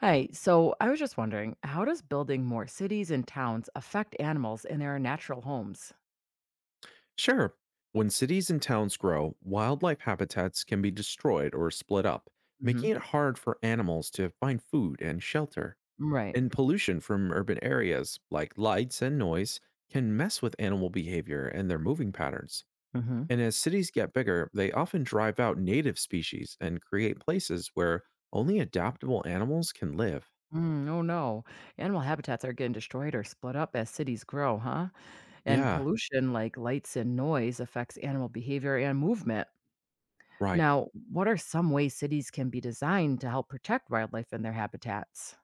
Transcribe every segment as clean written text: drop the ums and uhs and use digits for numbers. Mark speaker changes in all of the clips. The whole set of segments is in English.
Speaker 1: Hi, so I was just wondering, how does building more cities and towns affect animals in their natural homes?
Speaker 2: Sure. When cities and towns grow, wildlife habitats can be destroyed or split up, making
Speaker 1: Hmm.
Speaker 2: it hard for animals to find food and shelter.
Speaker 1: Right.
Speaker 2: And pollution from urban areas, like lights and noise, can mess with animal behavior and their moving patterns.
Speaker 1: Hmm.
Speaker 2: And as cities get bigger, they often drive out native species and create places where only adaptable animals can live.
Speaker 1: Mm, oh no, animal habitats are getting destroyed or split up as cities grow, huh? And
Speaker 2: Yeah,
Speaker 1: pollution like lights and noise affects animal behavior and movement.
Speaker 2: right.
Speaker 1: Now, what are some ways cities can be designed to help protect wildlife in their habitats?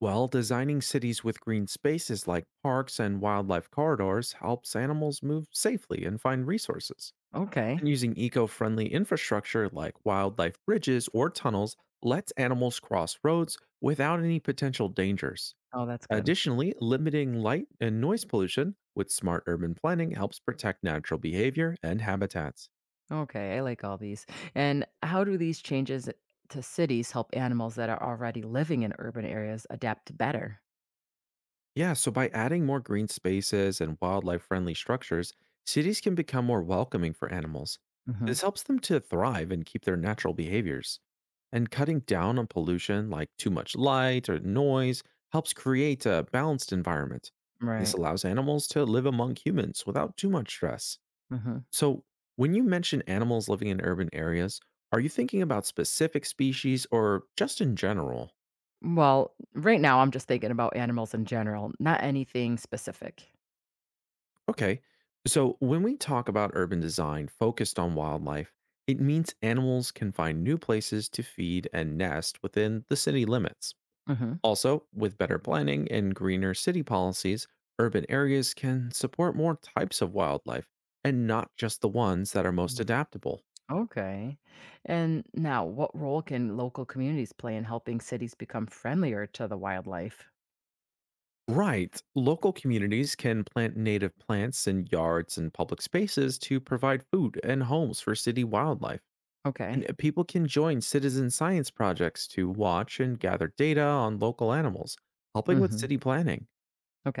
Speaker 2: Well, designing cities with green spaces like parks and wildlife corridors helps animals move safely and find resources.
Speaker 1: Okay.
Speaker 2: And using eco friendly infrastructure like wildlife bridges or tunnels lets animals cross roads without any potential dangers.
Speaker 1: Oh, that's good.
Speaker 2: Additionally, limiting light and noise pollution with smart urban planning helps protect natural behavior and habitats.
Speaker 1: Okay, I like all these. And how do these changes to cities help animals that are already living in urban areas adapt better?
Speaker 2: Yeah, so by adding more green spaces and wildlife friendly structures, cities can become more welcoming for animals. This
Speaker 1: Hmm.
Speaker 2: helps them to thrive and keep their natural behaviors. And cutting down on pollution, like too much light or noise, helps create a balanced environment. And this
Speaker 1: Right.
Speaker 2: allows animals to live among humans without too much stress.
Speaker 1: Hmm.
Speaker 2: So, when you mention animals living in urban areas, are you thinking about specific species or just in general?
Speaker 1: Well, right now I'm just thinking about animals in general, not anything specific.
Speaker 2: Okay. So when we talk about urban design focused on wildlife, it means animals can find new places to feed and nest within the city limits.
Speaker 1: Hmm.
Speaker 2: Also, with better planning and greener city policies, urban areas can support more types of wildlife and not just the ones that are most adaptable.
Speaker 1: Okay. And now, what role can local communities play in helping cities become friendlier to the wildlife?
Speaker 2: Right. Local communities can plant native plants in yards and public spaces to provide food and homes for city wildlife.
Speaker 1: Okay.
Speaker 2: And people can join citizen science projects to watch and gather data on local animals, helping with
Speaker 1: Hmm.
Speaker 2: city planning.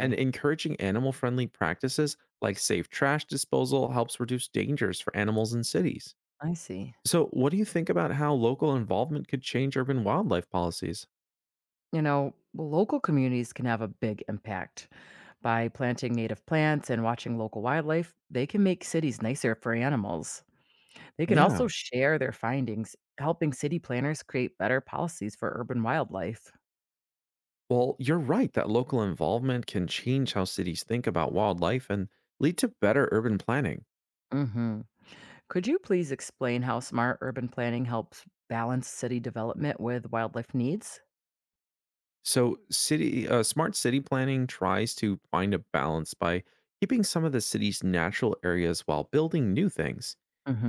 Speaker 2: And encouraging animal friendly practices like safe trash disposal helps reduce dangers for animals in cities.
Speaker 1: I see.
Speaker 2: So, what do you think about how local involvement could change urban wildlife policies?
Speaker 1: You know, local communities can have a big impact. By planting native plants and watching local wildlife, they can make cities nicer for animals. They can also
Speaker 2: Yeah.
Speaker 1: share their findings, helping city planners create better policies for urban wildlife.
Speaker 2: Well, you're right that local involvement can change how cities think about wildlife and lead to better urban planning.
Speaker 1: Hmm. Could you please explain how smart urban planning helps balance city development with wildlife needs?
Speaker 2: So, city smart city planning tries to find a balance by keeping some of the city's natural areas while building new things.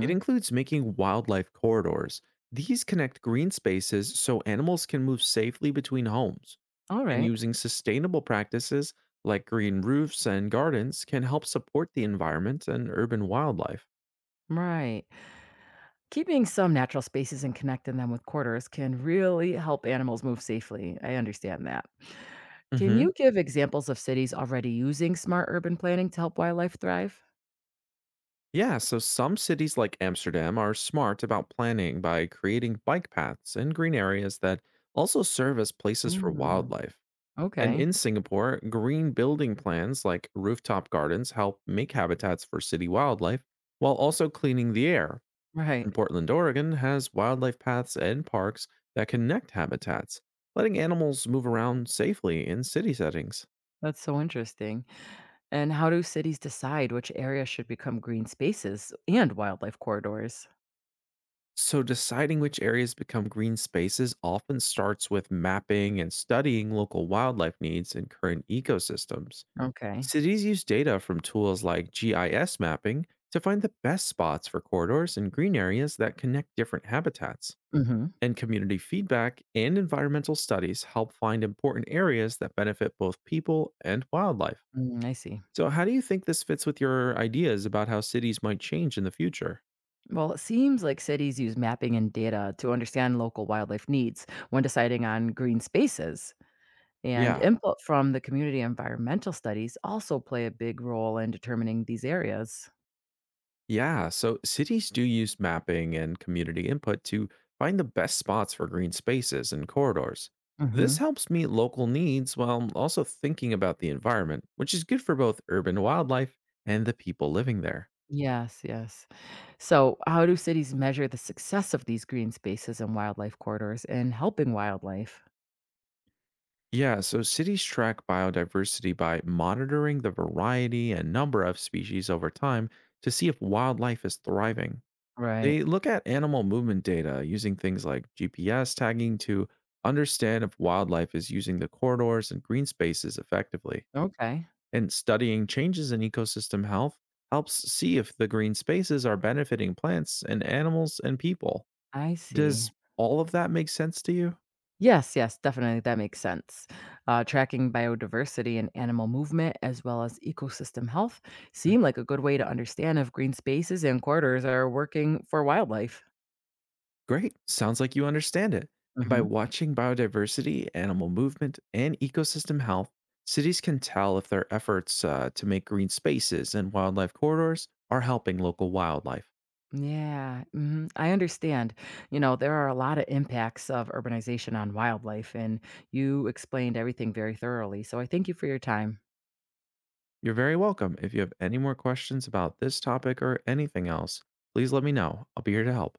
Speaker 2: It includes making wildlife corridors. These connect green spaces so animals can move safely between homes,
Speaker 1: All
Speaker 2: and
Speaker 1: right.
Speaker 2: using sustainable practices like green roofs and gardens can help support the environment and urban wildlife.
Speaker 1: Right. Keeping some natural spaces and connecting them with quarters can really help animals move safely. I understand that. Can
Speaker 2: Mhm.
Speaker 1: you give examples of cities already using smart urban planning to help wildlife thrive?
Speaker 2: Yeah, so some cities like Amsterdam are smart about planning by creating bike paths and green areas that also serve as places for
Speaker 1: Mm,
Speaker 2: wildlife. And
Speaker 1: okay,
Speaker 2: in Singapore, green building plans like rooftop gardens help make habitats for city wildlife while also cleaning the air. And
Speaker 1: right.
Speaker 2: Portland, Oregon has wildlife paths and parks that connect habitats, letting animals move around safely in city settings.
Speaker 1: That's so interesting. And how do cities decide which areas should become green spaces and wildlife corridors?
Speaker 2: So, deciding which areas become green spaces often starts with mapping and studying local wildlife needs and current ecosystems.
Speaker 1: Okay.
Speaker 2: Cities use data from tools like GIS mapping to find the best spots for corridors and green areas that connect different habitats.
Speaker 1: Hmm.
Speaker 2: And community feedback and environmental studies help find important areas that benefit both people and wildlife.
Speaker 1: I see.
Speaker 2: So, how do you think this fits with your ideas about how cities might change in the future?
Speaker 1: Well, it seems like cities use mapping and data to understand local wildlife needs when deciding on green spaces. And
Speaker 2: Yeah,
Speaker 1: input from the community environmental studies also play a big role in determining these areas.
Speaker 2: Yeah, so cities do use mapping and community input to find the best spots for green spaces and corridors. This
Speaker 1: Hmm.
Speaker 2: helps meet local needs while also thinking about the environment, which is good for both urban wildlife and the people living there.
Speaker 1: Yes, yes. So, how do cities measure the success of these green spaces and wildlife corridors in helping wildlife?
Speaker 2: Yeah, so cities track biodiversity by monitoring the variety and number of species over time to see if wildlife is thriving.
Speaker 1: Right.
Speaker 2: They look at animal movement data using things like GPS tagging to understand if wildlife is using the corridors and green spaces effectively.
Speaker 1: Okay.
Speaker 2: And studying changes in ecosystem health helps see if the green spaces are benefiting plants and animals and people.
Speaker 1: I see.
Speaker 2: Does all of that make sense to you?
Speaker 1: Yes, yes, definitely. That makes sense. Tracking biodiversity and animal movement, as well as ecosystem health, seem like a good way to understand if green spaces and corridors are working for wildlife.
Speaker 2: Great. Sounds like you understand it. And by
Speaker 1: Hmm.
Speaker 2: watching biodiversity, animal movement, and ecosystem health, cities can tell if their efforts to make green spaces and wildlife corridors are helping local wildlife.
Speaker 1: Yeah, mhm, I understand. You know, there are a lot of impacts of urbanization on wildlife, and you explained everything very thoroughly. So I thank you for your time.
Speaker 2: You're very welcome. If you have any more questions about this topic or anything else, please let me know. I'll be here to help.